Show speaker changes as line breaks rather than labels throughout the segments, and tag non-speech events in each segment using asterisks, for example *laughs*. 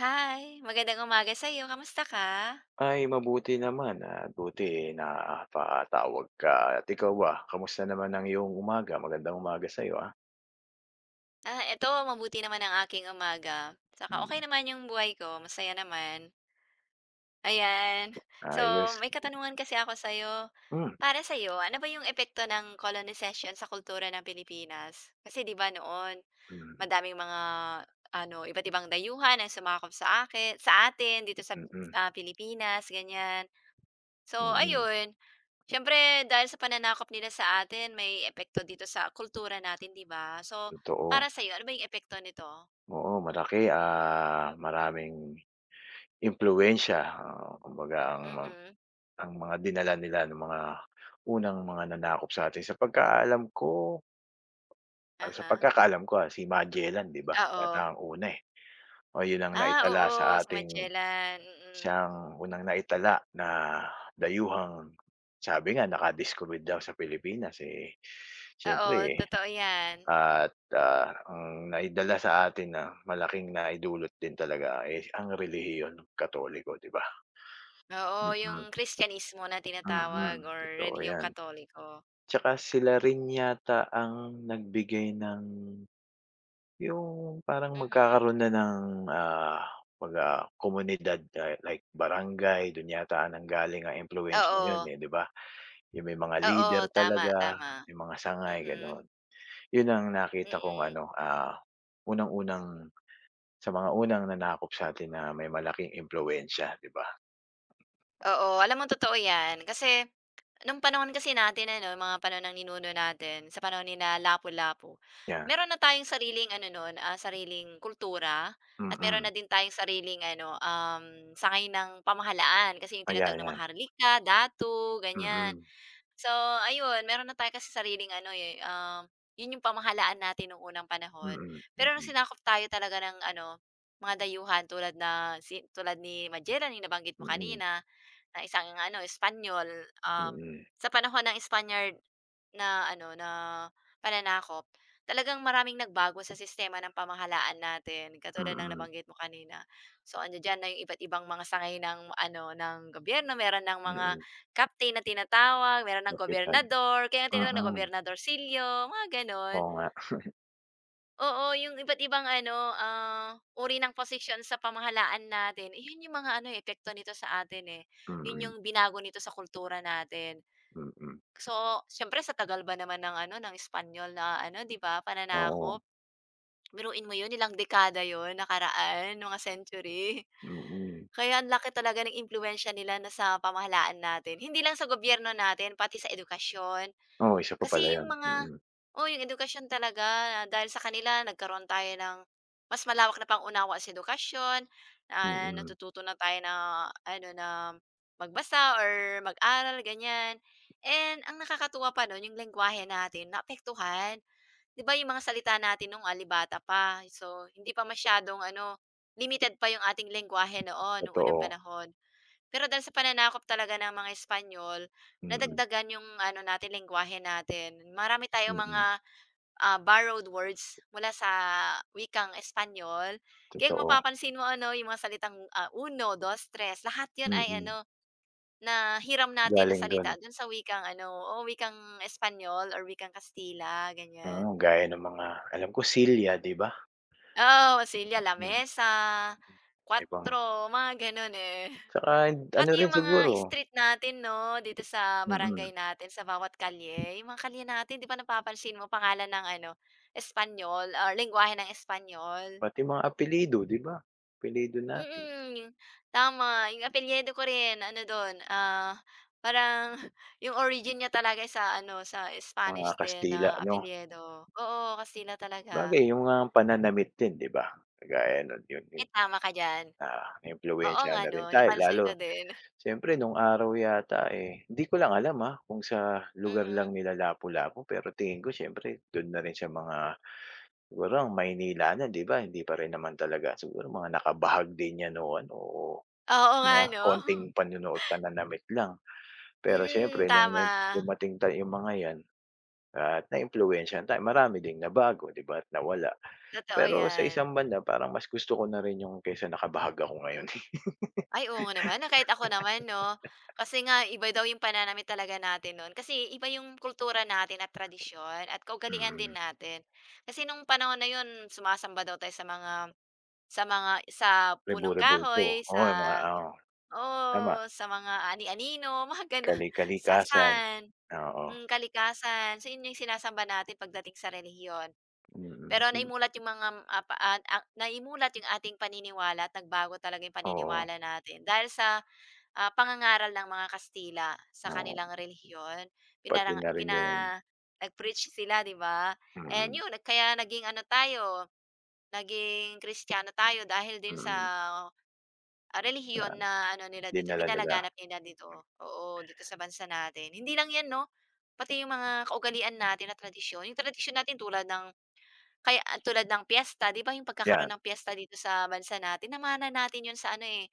Hi, magandang umaga sa iyo. Kamusta ka?
Ay, mabuti naman at buti napatawag ka at ikaw ba, kamusta naman ang iyong umaga? Magandang umaga sa'yo, ah.
Ah, eto mabuti naman ang aking umaga. Saka okay
Mm,
naman yung buhay ko, masaya naman, ayan. *laughs* So,
ayos.
may katanungan kasi ako sa iyo.
Hmm,
Para sa'yo, ano ba yung epekto ng colonization sa kultura ng Pilipinas? Kasi 'di ba noon,
mm,
madaming mga ano, iba't ibang dayuhan ang sumakop sa akin, sa atin dito sa,
mm,
Pilipinas, ganyan. So
mm,
ayun, siyempre dahil sa pananakop nila sa atin may epekto dito sa kultura natin, 'di ba? So,
totoo.
para sa'yo ano ba yung epekto nito?
Oo, malaki, maraming impluwensiya, kumbaga
Mhm,
ang mga dinala nila ng mga unang mga nanakop sa'tin. Sa
aha.
pagkakaalam ko, si Magellan 'di ba,
Oo.
yata ang una, eh. O yun ang
Ah,
naitala
oo,
sa
sa
ating.
Magellan, mm.
Siya ang unang naitala na dayuhang sabi nga nakadiskubre daw sa Pilipinas, eh, siyempre
Oo,
eh.
totoo 'yan.
At, ang naidala sa atin na malaking naidulot din talaga, eh, ang relihiyon Katoliko, 'di ba?
Oo, yung
Mm,
Kristyanismo na
mm,
tinatawag or
totoo
relihiyong
'yan.
Katoliko.
Tsaka sila rin yata ang nagbigay ng yung parang
Mhm.
magkakaroon na ng, pagka komunidad, like barangay, dun yata nanggaling ang impluwensya yun,
Oo,
eh, 'di ba? Yung may mga
oo,
leader
tama,
talaga,
tama.
may mga sangay
Mhm,
gano'n. Yun ang nakita kong
mm.
ano, unang-unang sa mga unang nanakop sa'tin na may malaking impluwensiya, 'di ba?
Oo, alam mo totoo 'yan kasi nung panahon kasi natin ano, mga panahon ng ninuno natin, sa panahon ni Lapu-Lapu,
'Yan,
meron na tayong sariling ano nun, sariling kultura at meron na
mm.
din tayong sariling ano, sangay ng pamahalaan kasi yung
Kaya
tinatag na mga
'yan,
harlika, datu, ganyan.
mm,
So ayun, meron na tayo kasi sariling ano, eh, yun yung pamahalaan natin nung unang panahon.
mm,
Pero nung
mm,
sinakop tayo talaga ng ano, mga dayuhan tulad na si tulad ni Magellan, yung nabanggit mo
mm,
kanina, na isang ano Espanyol, um,
mm,
sa panahon ng Spaniard na ano, na pananakop, talagang maraming nagbago sa sistema ng pamahalaan natin katulad ng
mm,
nabanggit mo kanina. So, ano diyan na yung iba't ibang mga sangay ng ano, ng gobyerno, meron ng mga
mm,
captain na tinatawag, meron ng
kapital.
gobernador, kaya nga tinatawag na
Mm,
gobernadorcillo, mga gano'n.
oo nga,
Oo, yung iba't ibang ano, uri ng posisyon sa pamahalaan natin, iyon yung mga ano, eh, epekto nito sa atin, eh. Yun
mm,
yung binago nito sa kultura natin.
mm,
So, siyempre sa tagal ba naman ng ano, ng Espanyol na ano, 'di ba,
oo,
pananakop. Biruin mo yun, ilang dekada yun nakaraan, mga century. *laughs*
mm.
Kaya ang laki talaga ng impluwensya nila na sa pamahalaan natin. Hindi lang sa gobyerno natin, pati sa edukasyon.
Oo, isa pa
Kasi
pala
yung
yun,
mga
mm,
oh yung edukasyon talaga dahil sa kanila nagkaroon tayo ng mas malawak na pangunawa sa edukasyon,
mm,
natututo na tayo na ano, na magbasa or mag-aral ganyan. And ang nakakatuwa pa nun yung lengguwahe natin naapektuhan. 'Di ba yung mga salita natin nung, so hindi pa masyadong ano, limited pa yung ating lengguwahe noon nung unang
totoo,
panahon. Pero dahil sa pananakop talaga ng mga Espanyol,
mm,
nadagdagan yung ano natin, lengguwahe natin. Marami tayong mga,
mm,
borrowed words mula sa wikang Espanyol. Kaya kung
totoo,
mapapansin mo ano, yung mga salitang, 1, 2, 3, lahat yun ay
mm,
ano, na hiram natin na
galing
salita
dun.
dun sa wikang ano, o wikang Espanyol or wikang Kastila, ganyan.
Mm, gaya ng mga alam ko silya 'di ba?
Oh, silya,
Hmm,
lamesa,
ibang
cuatro, mga ganun, eh.
tsaka ano
Pati
rin
yung
siguro,
mga street natin 'no, dito sa barangay
mm,
natin, sa bawat kalye, yung mga kalye natin 'di ba napapansin mo pangalan ng ano, Espanyol or lengguwahe ng Espanyol.
pati mga apelyido 'di ba? Apelyido natin,
Mm, tama yung apelyido ko rin ano dun, parang *laughs* yung origin niya talaga ay sa ano, sa
mga
Spanish din
Kastila
na
ano,
apelyido. Oo, Kastila talaga.
sabagay yung mga pananamit din 'di ba? Kagaya nun yun yun,
Ay, tama ka diyan. Oo
naimpluwensyahan
nga
na
'no,
rin tayo
napansin
lalo
ko din. *laughs*
siyempre nung araw yata, eh, hindi ko lang alam, kung sa lugar
Mm.
lang nila Lapu-Lapu pero tingin ko siyempre dun na rin sa mga siguro ang Maynila na 'di ba hindi pa rin naman talaga siguro mga nakabahag din yan o ano o.
Oo nga
Mga
'no.
konting
*gasps*
panunood pananamit lang. Pero
*laughs* Mm,
siyempre nung
tama.
nag dumating ta yung mga 'yan at naimpluwensyahan tayo, marami ding nabago, 'di ba, at nawala.
Totoo
Pero sa
yan.
isang banda parang mas gusto ko na rin yung kaysa nakabahag ako ngayon. *laughs*
Ay, oo nga naman, na kahit ako naman 'no. Kasi nga iba daw yung pananamit talaga natin noon. Kasi iba yung kultura natin at tradisyon at kaugalian din
Mm,
natin. Kasi nung panahon na yun sumasamba daw tayo sa mga sa punong
Rebo-Rebo ito,
kahoy,
oo,
sa
yung mga oo, tama,
oh sa mga ani-anino, *laughs* mga gano'n,
Kali-kalikasan,
sasan,
oo,
kalikasan. So yun yung sinasamba natin pagdating sa relihiyon. Pero
mm,
naimulat yung mga, ah, pa ah, ah, naimulat yung ating paniniwala at nagbago talaga yung
oo,
paniniwala natin dahil sa, pangangaral ng mga Kastila sa
oo,
kanilang relihiyon.
pati
Pinarang
na rin yung
ipina nag-preach sila, 'di ba? And
mm,
yun, kaya naging ano tayo, naging Kristiyano tayo dahil din sa,
mm, sa
relihiyon na ano nila dito,
dinala nila.
pinalaganap nila dito. Oo, dito sa bansa natin. Hindi lang 'yan 'no, pati yung mga kaugalian natin na tradisyon. Yung tradisyon natin tulad ng piyesta, 'di ba yung pagkakaroon
'Yan,
ng piyesta dito sa bansa natin, namana natin yun sa ano, eh,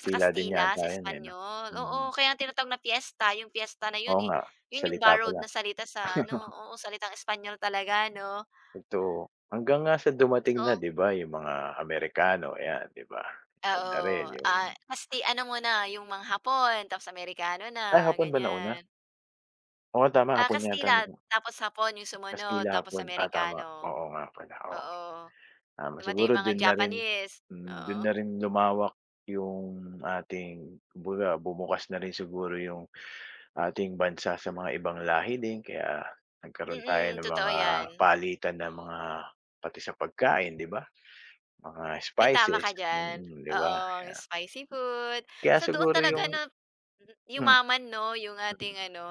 sa
din
Kastila,
yata
sa
'yan, eh, 'no?
Espanyol.
Mm,
Oo, kaya ang tinatawag na piyesta, yung piyesta na yun,
oo
eh,
nga,
yun yung
salita pa
borrowed na
lang.
salita sa ano, oo, salitang Espanyol talaga 'no.
Totoo. Hanggang nga sa dumating na
So,
'di ba yung mga Amerikano, ayan 'di ba? Ayan na rin
oo,
yung
Kasti ano muna, yung mga Hapon, tapos Amerikano
ay
na,
hapon ba nauna?
ganyan.
Oo, tama,
Ah,
hapon yata
Kastila,
nauna.
tapos Hapon yung sumunod,
Kastila
tapos
hapon, tama,
Amerikano.
oo nga pala, oo.
Oo.
Tama
Dumating
siguro
yung mga
dun na rin
Japanese,
hmm, dun
oo.
na rin lumawak yung ating kumbaga bumukas na rin siguro yung ating bansa sa mga ibang lahi din kaya nagkaroon tayo
Mm,
ng
totoo
mga
yan.
palitan ng mga pati sa pagkain 'di ba? Mga
Ay, tama
spices,
ka diyan.
mm, 'di
Oo,
ba?
ang spicy food.
Kaya
So, doon
siguro
talaga
yung.
na
Hmm,
yumaman 'no, yung ating
mm.
ano,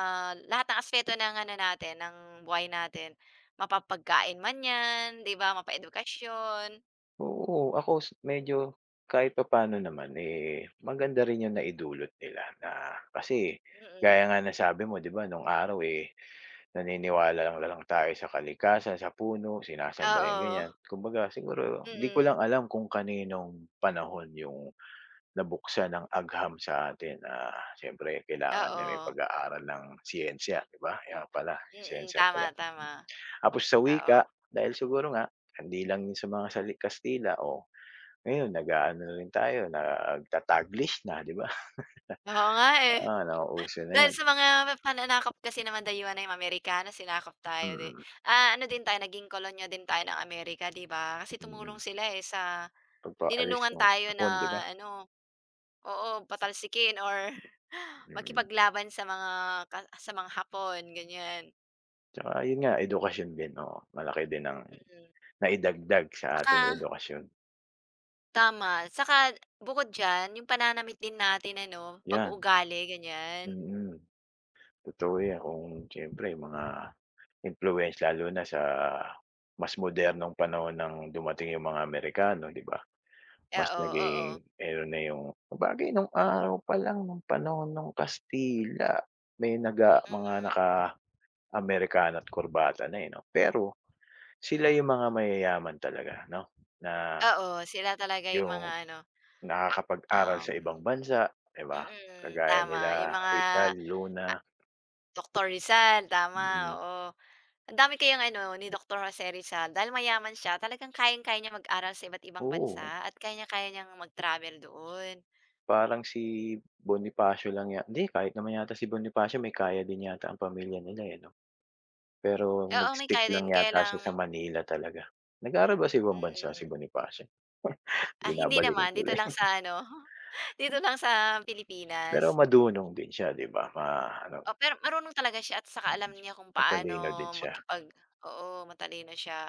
lahat ng aspeto ng ano natin, ng buhay natin. Mapapagkain man 'yan, 'di ba, mapaedukasyon,
Oo, ako s medyo kahit papaano naman, eh, maganda rin yung naidulot nila na kasi gaya
mm.
nga ng sabi mo 'di ba nung araw, eh, naniniwala lang lang tayo sa kalikasan, sa puno, sinasamba yung
Oo,
ganyan. Kumbaga siguro 'di ko
mm.
lang alam kung kaninong panahon yung nabuksan ng agham sa atin na siyempre kailangan na may
Oo.
pag-aaral ng siyensya 'di ba? Kaya pala
Mm,
siyensya
tama,
pala.
tama.
Tapos sa
Oo.
wika, dahil siguro nga hindi lang yun sa mga sali Kastila o ngayon nag-aano na rin tayo, nagta-Taglish na, 'di ba? *laughs*
Oo nga, eh.
Oo, nauuso na
Dahil
yan.
sa mga pananakop kasi naman dayuhan ng Amerikano sinakop tayo di
Mm,
ano din tayo naging kolonya din tayo ng Amerika 'di ba? Kasi tumulong
mm.
sila, eh, sa
Pagpaalis
tinulungan
ng
tayo
Hapon, 'di ba?
na ano oo, patalsikin or *laughs*
Mm.
makipaglaban sa mga sa mga Hapon ganyan,
Tsaka yun nga edukasyon din, oo. Malaki din ang
mm.
naidagdag sa ating
Saka
edukasyon,
tama, saka bukod diyan yung pananamit din natin ano,
yan.
pag-uugali ganyan.
Mm, totoo yan kung siyempre mga influence lalo na sa mas modernong panahon ng dumating yung mga Amerikano, 'di ba?
Eh,
Mas
oo, oo,
naging ano na yung sabagay nung araw pa lang nung panahon nung Kastila may mga
mm.
naka-amerikano at kurbata na, eh, 'no? Pero
Mm.
sila yung mga mayayaman talaga, 'no, na
Oo, sila talaga yung
yung
mga ano,
nakakapag-aral sa
um
ibang bansa, 'di ba?
Mm,
Kagaya nila
tama yung mga,
Rizal, Luna,
ah, Doktor Rizal tama,
mm.
oo. Ang dami kayang ano ni Doktor Jose Rizal dahil mayaman siya talagang kayang-kaya niya mag-aral sa iba't ibang
Oo,
bansa at kayang-kaya niyang mag-travel doon.
parang si Bonifacio lang yata hindi kahit naman yata si Bonifacio may kaya din yata ang pamilya nila, eh, 'no? Pero
Eh, oo, may
nag-stick
kaya din
lang
kaya
yata siya
lang
sa Manila talaga. Nag-aral ba sa ibang bansa si
mm.
Bonifacio?
Ah, hindi
Binabalikan
naman dito
tuloy.
lang sa
*laughs*
ano, *laughs* dito lang sa
Pero
Pilipinas.
madunong din siya 'di ba, ma-ano
Oh, pero marunong talaga siya at
mm,
saka alam niya kung
matalino din
paano
siya.
makipag oo, matalino siya.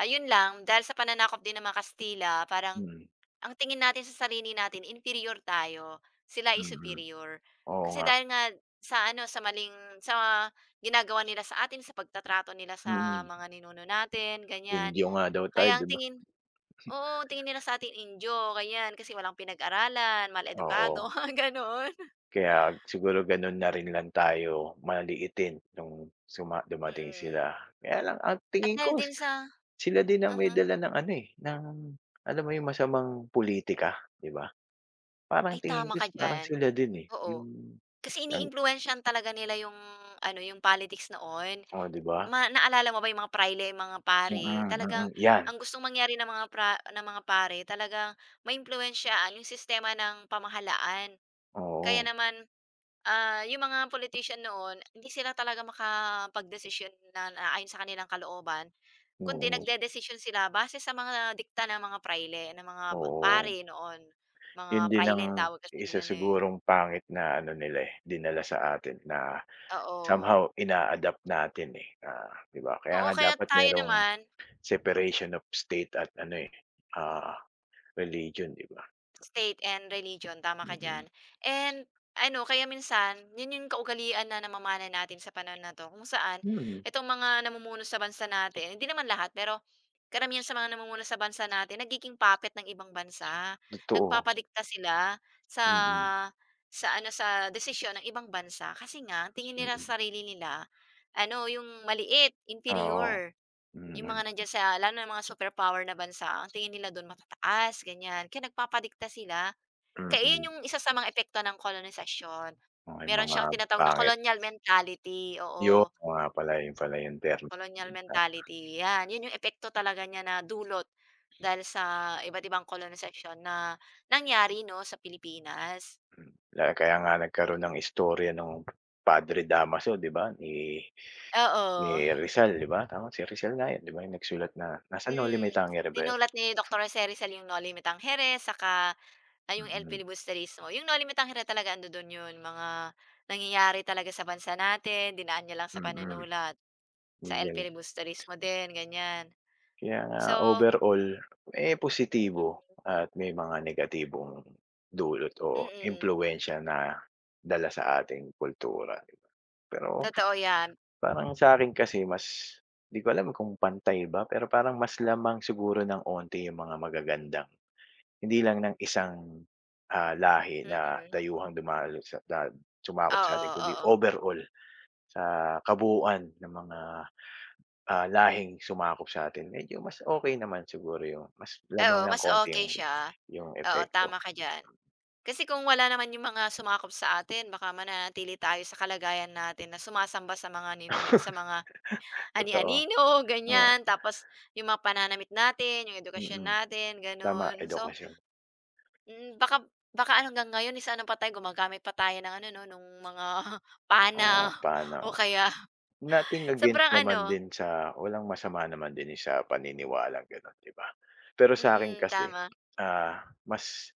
Ayun lang, dahil sa pananakop din ng mga Kastila parang
Mm,
ang tingin natin sa sarili natin inferior tayo, sila is
mm.
superior.
Oo
Kasi
nga,
dahil nga sa ano, sa maling sa ginagawa nila sa atin, sa pagtatrato nila sa
mm.
mga ninuno natin, ganyan.
Indio nga daw tayo
Kaya ang
'di ba?
tingin oo, ang tingin nila sa atin injo ganyan, kasi walang pinag-aralan,
Oo,
mal-edukado, *laughs* ganoon.
kaya siguro gano'n na rin lang tayo maliitin nung dumating
Mm.
sila. Kaya lang ang
At
tingin
dahil
ko
din sa
sila din ang may
Mhm.
dala ng ano, eh, ng alam mo 'yung masamang politika, 'di ba? Parang
Ay,
tingin
tama
ko
ka
is parang
diyan,
sila din, eh,
oo.
yung
Kasi
ang
iniimpluwensyahan talaga nila yung ano, yung politics noon.
oh, 'di ba?
Naalala mo ba yung mga prile, mga
Mm,
pare, talagang
mm, 'yan,
ang gustong mangyari ng mga pra ng mga pare talagang maimpluwensyahan yung sistema ng pamahalaan. Kaya
oo,
naman, yung mga politician noon hindi sila talaga makapagdesisyon na na ayon sa kanilang kalooban. Kundi
mm,
nagdedesisyon sila base sa mga dikta ng mga prayle, ng mga
oo.
pari noon. Mga
'Yun din
prayle ang
ang
tawag kasi
isa
nila na eh,
sigurong pangit na ano nila, eh, dinala sa atin na
oo.
somehow ina-adapt natin, eh, na 'di ba?
Oo,
Kaya nga
kaya
dapat
tayo
merong
naman
separation of state at ano, eh, ah, religion, 'di ba?
state and religion, tama ka
Mm,
diyan. And ano, kaya minsan, yun yung kaugalian na namamana natin sa panahon na 'to kung saan
mm,
itong mga namumuno sa bansa natin, hindi naman lahat, pero karamihan sa mga namumuno sa bansa natin nagiging puppet ng ibang bansa.
totoo.
Nagpapadikta sila sa
Mm,
sa ano, sa desisyon ng ibang bansa kasi nga tingin nila
mm.
sa sarili nila ano, yung maliit,
Oo,
inferior. Yung
mm,
mga nandiyan sa lalo na mga superpower na bansa, ang tingin nila dun matataas, ganyan. Kaya nagpapadikta sila. Kaya yun
mm.
yung isa sa mga epekto ng kolonisasyon.
Oh, yung
Meron
mga
siyang tinatawag na
pangit.
colonial mentality,
Yun,
oo,
oo nga pala, yun pala yung term.
colonial mentality, 'yan. 'Yun yung epekto talaga niya na dulot dahil sa iba't ibang kolonisasyon na nangyari 'no, sa Pilipinas.
Mm, kaya nga nagkaroon ng istorya nung Padre Damaso 'di ba, ni
Oo,
Rizal 'di ba, tama si Rizal nga yun 'di ba yung nagsulat na nasa Noli Me
mm.
Tangere ba yun?
Sinulat ni Dr. Rosely Salino Limitang Jerez saka ay yung El
Mm,
Filibusterismo, yung No Limit ang Hirap talaga ando dun yun, mga nangyayari talaga sa bansa natin, dinaan niya lang sa panunulat. Sa
mm,
El
yun.
Filibusterismo din, ganyan.
Kaya nga
So,
overall, eh, positibo at may mga negatibong dulot o
mm,
impluwensiya na dala sa ating kultura. Pero
totoo yan.
parang sa'kin kasi mas 'di ko alam kung pantay ba, pero parang mas lamang siguro ng onti yung mga magagandang hindi lang ng isang, lahi na
Mm,
dayuhang dumalo sa sumakop
oo,
sa'tin kundi
oo.
overall sa kabuuan ng mga, lahing sumakop sa'tin. Medyo mas okey naman siguro yung mas
Eh,
lamang
oo,
ng
mas
konti yung
okay siya,
yung
oo
epekto.
tama ka diyan. Kasi kung wala naman yung mga sumakop sa atin baka mananatili tayo sa kalagayan natin na sumasamba sa mga ninuni sa mga
Totoo,
ani-anino,
oo,
ganyan. Tapos yung mga pananamit natin, yung edukasyon
mm.
natin,
Tama,
gano'n. So,
edukasyon.
mm, baka baka ano, hanggang ngayon eh, sa patay pa tayo gumagamit pa tayo ng ano 'no, nung mga *laughs*
Oo,
pana o
paano
kaya
nothing against
sobrang
naman
ano
din sa walang masama naman din sa paniniwalang gano'n, 'di ba? Pero sa'kin
mm,
kasi,
tama.
mas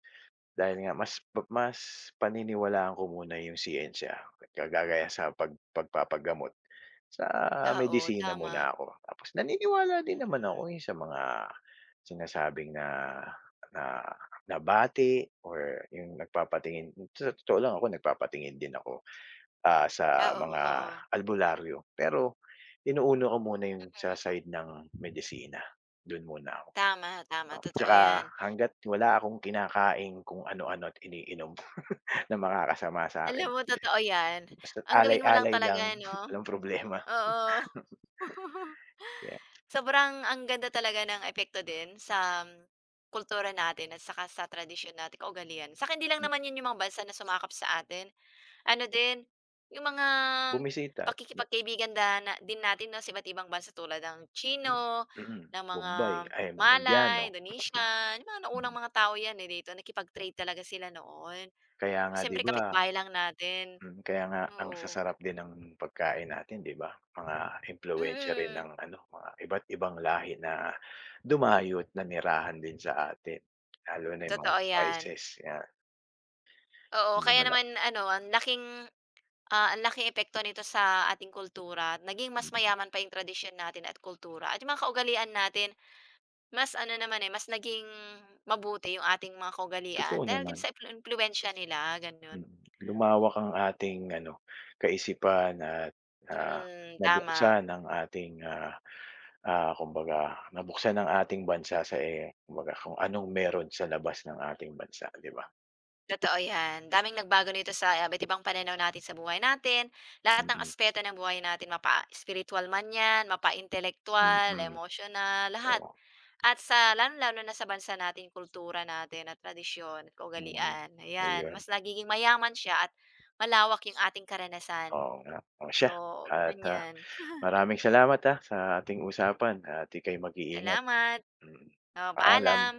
dahil nga mas pa mas paniniwalaan ko muna yung siyensya, kagagaya sa pagpapagamot. Sa
Oo,
medisina
tama.
muna ako, tapos naniniwala din naman ako,
Mm.
eh, sa mga sinasabing na na nabati or yung nagpapatingin sa totoo lang ako nagpapatingin din ako, sa
Oo,
mga
oo.
albularyo. Pero inuuna ko muna yung sa side ng medisina, dun muna ako,
Tama, tama,
oo.
totoo
Tsaka
'yan.
hangga't wala akong kinakaing kung ano-ano at iniinom *laughs* na makakasama sa'kin,
Alam mo totoo 'yan.
basta't
Ang gawin mo lang
alay-alay lang
talaga
*laughs*
'no,
walang problema.
oo. *laughs*
Kaya
Sobrang ang ganda talaga ng epekto din sa kultura natin at saka sa tradisyon natin, kaugalian. Saka hindi lang
hmm,
naman 'yun yung mga bansa na sumakap sa atin. Ano din, yung mga
bumisita, na
pakikipagkaibigan da na din natin 'no, sa iba't ibang bansa tulad ng Tsino,
hmm, mm,
ng mga
bombay, ay mga Indiano.
Malay, Indonesian, yung mga
Hmm.
naunang mga tao 'yan, eh, dito nakipag-trade talaga sila noon.
Kaya nga 'di
Siyempre
ba
kapitbahay lang natin,
mm, kaya nga ang
oo.
sasarap din ng pagkain natin 'di ba? Mga impluwensiya rin
Mm,
ng ano, mga iba't ibang lahi na dumayo at nanirahan din sa atin. Lalo na yung mga
totoo 'yan.
spices, yan
Oo, kaya
lumala
naman ano, ang laking epekto nito sa ating kultura. Naging mas
mm,
mayaman pa yung tradisyon natin at kultura at yung mga kaugalian natin, mas ano naman, eh, mas naging mabuti yung ating mga kaugalian
totoo
dahil din
naman,
sa impluwensiya nila, gano'n.
mm. Lumawak ang ating ano, kaisipan at, ah,
Mm, tama.
nabuksan ang ating, kumbaga nabuksan ang ating bansa sa, eh, kumbaga kung anong meron sa labas ng ating bansa 'di ba?
Totoo 'yan. Daming nagbago nito sa, iba't ibang pananaw natin sa buhay natin. Lahat ng
Mm,
aspeto ng buhay natin mapa spiritual man 'yan, mapa
mm,
intellectual,
mm, mm.
emotional, lahat.
Oo.
At sa lalong-lalo na sa bansa natin, kultura natin at tradisyon at
Mm,
kaugalian, ayan.
ayun.
Mas nagiging mayaman siya at malawak yung ating karanasan.
Oo nga. Oh,
So,
siya at,
ganyan.
maraming salamat, sa ating usapan at ika'y mag-iingat.
Salamat.
Mm,
Oo,
paalam.
paalam.